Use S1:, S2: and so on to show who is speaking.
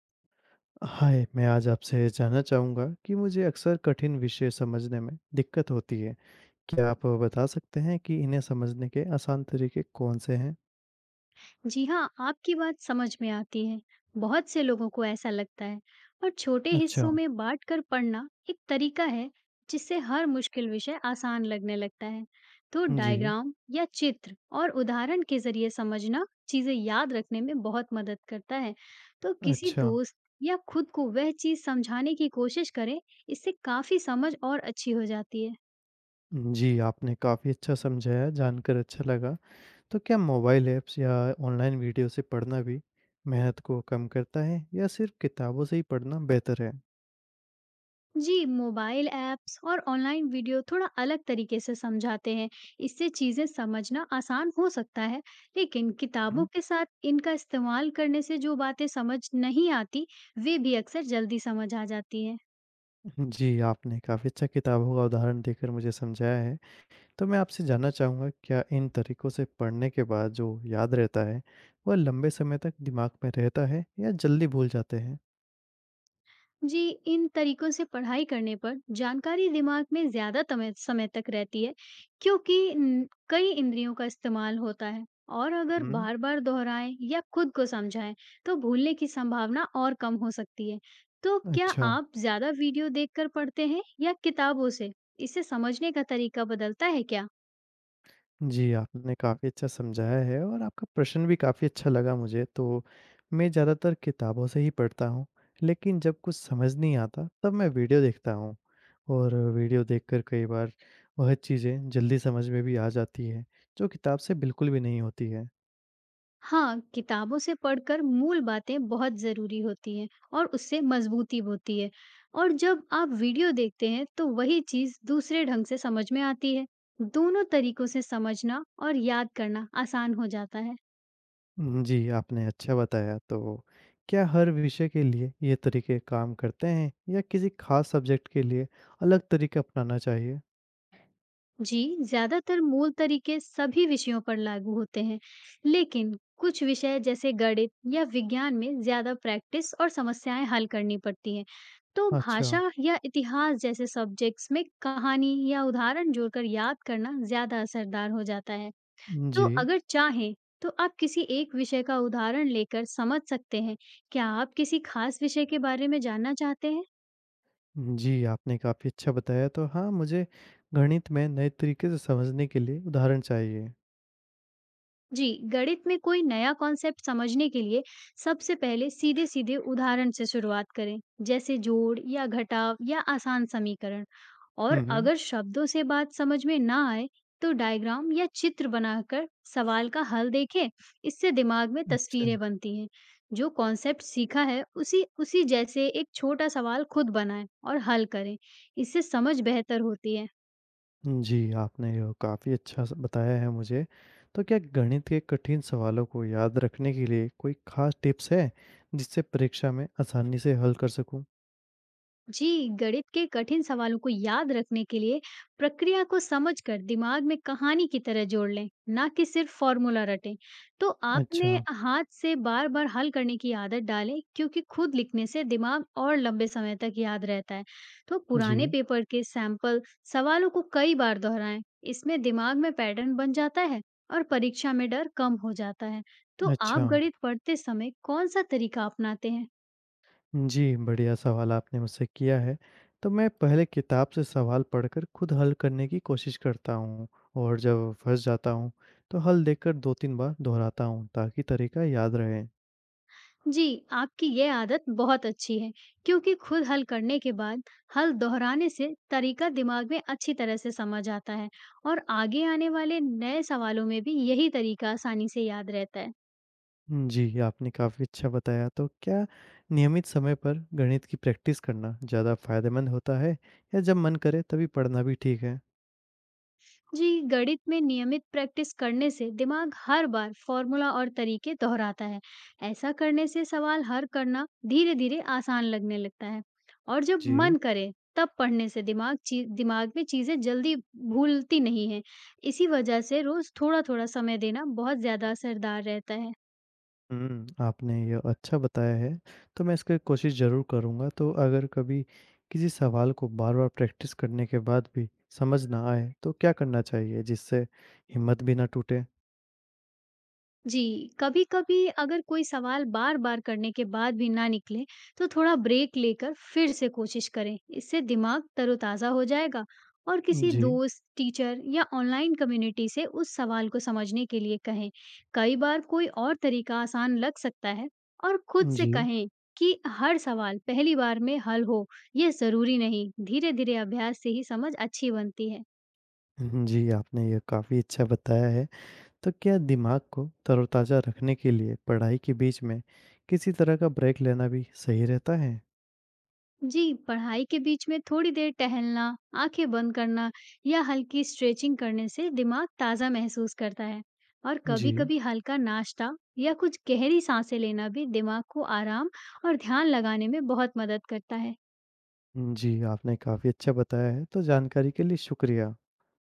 S1: हाय, मैं आज आपसे जानना चाहूँगा कि मुझे अक्सर कठिन विषय समझने में दिक्कत होती है। क्या आप बता सकते हैं कि इन्हें समझने के आसान तरीके कौन-से हैं?
S2: जी हाँ, आपकी बात समझ में आती है। बहुत से लोगों को ऐसा लगता है और छोटे
S1: अच्छा,
S2: हिस्सों में बाँटकर पढ़ना एक तरीका है, जिससे हर मुश्किल विषय आसान लगने लगता है। तो
S1: जी,
S2: डायग्राम या चित्र और उदाहरण के ज़रिए समझना चीज़ें याद रखने में बहुत मदद करता है। तो किसी
S1: अच्छा।
S2: दोस्त या खुद को वह चीज़ समझाने की कोशिश करें, इससे काफ़ी समझ और अच्छी हो जाती है।
S1: जी, आपने काफ़ी अच्छा समझाया, जानकर अच्छा लगा। तो क्या मोबाइल ऐप्स या ऑनलाइन वीडियो से पढ़ना भी मेहनत को कम करता है या सिर्फ़ किताबों से ही पढ़ना बेहतर है?
S2: जी, मोबाइल ऐप्स और ऑनलाइन वीडियो थोड़ा अलग तरीके से समझाते हैं। इससे चीज़ें समझना आसान हो सकता है, लेकिन
S1: हुँ,
S2: किताबों के साथ इनका इस्तेमाल करने से जो बातें समझ नहीं आती, वे भी अक्सर जल्दी समझ आ जाती हैं।
S1: हुँ। जी, आपने काफ़ी अच्छा किताबों का उदाहरण देकर मुझे समझाया है। तो मैं आपसे जानना चाहूँगा क्या इन तरीकों से पढ़ने के बाद जो याद रहता है, वह लंबे समय तक दिमाग में रहता है या जल्दी भूल जाते हैं?
S2: जी इन तरीकों से पढ़ाई करने पर जानकारी दिमाग में ज्यादा समय समय तक रहती है क्योंकि कई इंद्रियों का इस्तेमाल होता है और अगर
S1: हुँ,
S2: बार बार दोहराएं या खुद को समझाएं तो भूलने की संभावना और कम हो सकती है। तो क्या
S1: अच्छा।
S2: आप ज्यादा वीडियो देखकर पढ़ते हैं या किताबों से इसे समझने का तरीका बदलता है क्या?
S1: जी, आपने काफ़ी अच्छा समझाया है और आपका प्रश्न भी काफ़ी अच्छा लगा मुझे। तो मैं ज़्यादातर किताबों से ही पढ़ता हूँ, लेकिन जब कुछ समझ नहीं आता तब मैं वीडियो देखता हूँ और वीडियो देखकर कई बार वह चीज़ें जल्दी समझ में भी आ जाती है, जो किताब से बिल्कुल भी नहीं होती है।
S2: हाँ, किताबों से पढ़कर मूल बातें बहुत ज़रूरी होती हैं और उससे मजबूती होती है और जब आप वीडियो देखते हैं तो वही चीज़ दूसरे ढंग से समझ में आती है। दोनों तरीकों से समझना और याद करना आसान हो जाता है।
S1: हुँ, जी, आपने अच्छा बताया। तो क्या हर विषय के लिए ये तरीके काम करते हैं या किसी खास सब्जेक्ट के लिए अलग तरीका अपनाना चाहिए?
S2: जी, ज़्यादातर मूल तरीके सभी विषयों पर लागू होते हैं, लेकिन कुछ विषय जैसे गणित या विज्ञान में ज़्यादा प्रैक्टिस और समस्याएं हल करनी पड़ती हैं। तो
S1: अच्छा।
S2: भाषा या इतिहास जैसे सब्जेक्ट्स में कहानी या उदाहरण जोड़कर याद करना ज़्यादा असरदार हो जाता है। तो
S1: जी।
S2: अगर चाहें, तो आप किसी एक विषय का उदाहरण लेकर समझ सकते हैं। क्या आप किसी खास विषय के बारे में जानना चाहते हैं?
S1: जी, आपने काफ़ी अच्छा बताया। तो हाँ, मुझे गणित में नए तरीके से समझने के लिए उदाहरण चाहिए।
S2: जी, गणित में कोई नया कॉन्सेप्ट समझने के लिए सबसे पहले सीधे सीधे उदाहरण से शुरुआत करें, जैसे जोड़ या घटाव या आसान समीकरण।
S1: हुँ,
S2: और
S1: हुँ।
S2: अगर शब्दों से बात समझ में ना आए तो डायग्राम या चित्र बनाकर सवाल का हल देखें। इससे दिमाग में
S1: अच्छा।
S2: तस्वीरें बनती हैं। जो कॉन्सेप्ट सीखा है उसी उसी जैसे एक छोटा सवाल खुद बनाएं और हल करें। इससे समझ बेहतर होती है।
S1: जी, आपने ये काफ़ी अच्छा स बताया है मुझे। तो क्या गणित के कठिन सवालों को याद रखने के लिए कोई खास टिप्स है, जिससे परीक्षा में आसानी से हल कर सकूँ?
S2: जी, गणित के कठिन सवालों को याद रखने के लिए प्रक्रिया को समझकर दिमाग में कहानी की तरह जोड़ लें, ना कि सिर्फ फॉर्मूला रटें। तो आपने
S1: अच्छा।
S2: हाथ से बार-बार हल करने की आदत डालें, क्योंकि खुद लिखने से दिमाग और लंबे समय तक याद रहता है। तो पुराने
S1: जी,
S2: पेपर के सैंपल सवालों को कई बार दोहराएं, इसमें दिमाग में पैटर्न बन जाता है और परीक्षा में डर कम हो जाता है। तो आप
S1: अच्छा।
S2: गणित पढ़ते समय कौन सा तरीका अपनाते हैं?
S1: जी, बढ़िया सवाल आपने मुझसे किया है। तो मैं पहले किताब से सवाल पढ़कर खुद हल करने की कोशिश करता हूँ और जब फँस जाता हूँ, तो हल देखकर 2-3 बार दोहराता हूँ ताकि तरीका याद रहे।
S2: जी, आपकी ये आदत बहुत अच्छी है, क्योंकि खुद हल करने के बाद हल दोहराने से तरीका दिमाग में अच्छी तरह से समझ आता है और आगे आने वाले नए सवालों में भी यही तरीका आसानी से याद रहता है।
S1: जी, आपने काफ़ी अच्छा बताया। तो क्या नियमित समय पर गणित की प्रैक्टिस करना ज़्यादा फ़ायदेमंद होता है या जब मन करे तभी पढ़ना भी ठीक है?
S2: जी, गणित में नियमित प्रैक्टिस करने से दिमाग हर बार फॉर्मूला और तरीके दोहराता है। ऐसा करने से सवाल हल करना धीरे-धीरे आसान लगने लगता है और जब
S1: जी।
S2: मन करे तब पढ़ने से दिमाग में चीज़ें जल्दी भूलती नहीं है। इसी वजह से रोज़ थोड़ा-थोड़ा समय देना बहुत ज़्यादा असरदार रहता है।
S1: हुँ, आपने ये अच्छा बताया है, तो मैं इसकी कोशिश ज़रूर करूँगा। तो अगर कभी किसी सवाल को बार-बार प्रैक्टिस करने के बाद भी समझ ना आए, तो क्या करना चाहिए जिससे हिम्मत भी ना टूटे?
S2: जी, कभी-कभी अगर कोई सवाल बार-बार करने के बाद भी ना निकले, तो थोड़ा ब्रेक लेकर फिर से कोशिश करें। इससे दिमाग तरोताज़ा हो जाएगा और किसी
S1: जी,
S2: दोस्त, टीचर या ऑनलाइन कम्युनिटी से उस सवाल को समझने के लिए कहें। कई बार कोई और तरीका आसान लग सकता है और खुद से
S1: जी।
S2: कहें कि हर सवाल पहली बार में हल हो, ये ज़रूरी नहीं। धीरे-धीरे अभ्यास से ही समझ अच्छी बनती है।
S1: जी, आपने ये काफ़ी अच्छा बताया है। तो क्या दिमाग को तरोताज़ा रखने के लिए पढ़ाई के बीच में किसी तरह का ब्रेक लेना भी सही रहता है?
S2: जी, पढ़ाई के बीच में थोड़ी देर टहलना, आँखें बंद करना या हल्की स्ट्रेचिंग करने से दिमाग ताज़ा महसूस करता है और
S1: जी।
S2: कभी-कभी हल्का नाश्ता या कुछ गहरी सांसें लेना भी दिमाग को आराम और ध्यान लगाने में बहुत मदद करता है।
S1: जी, आपने काफ़ी अच्छा बताया है, तो जानकारी के लिए शुक्रिया।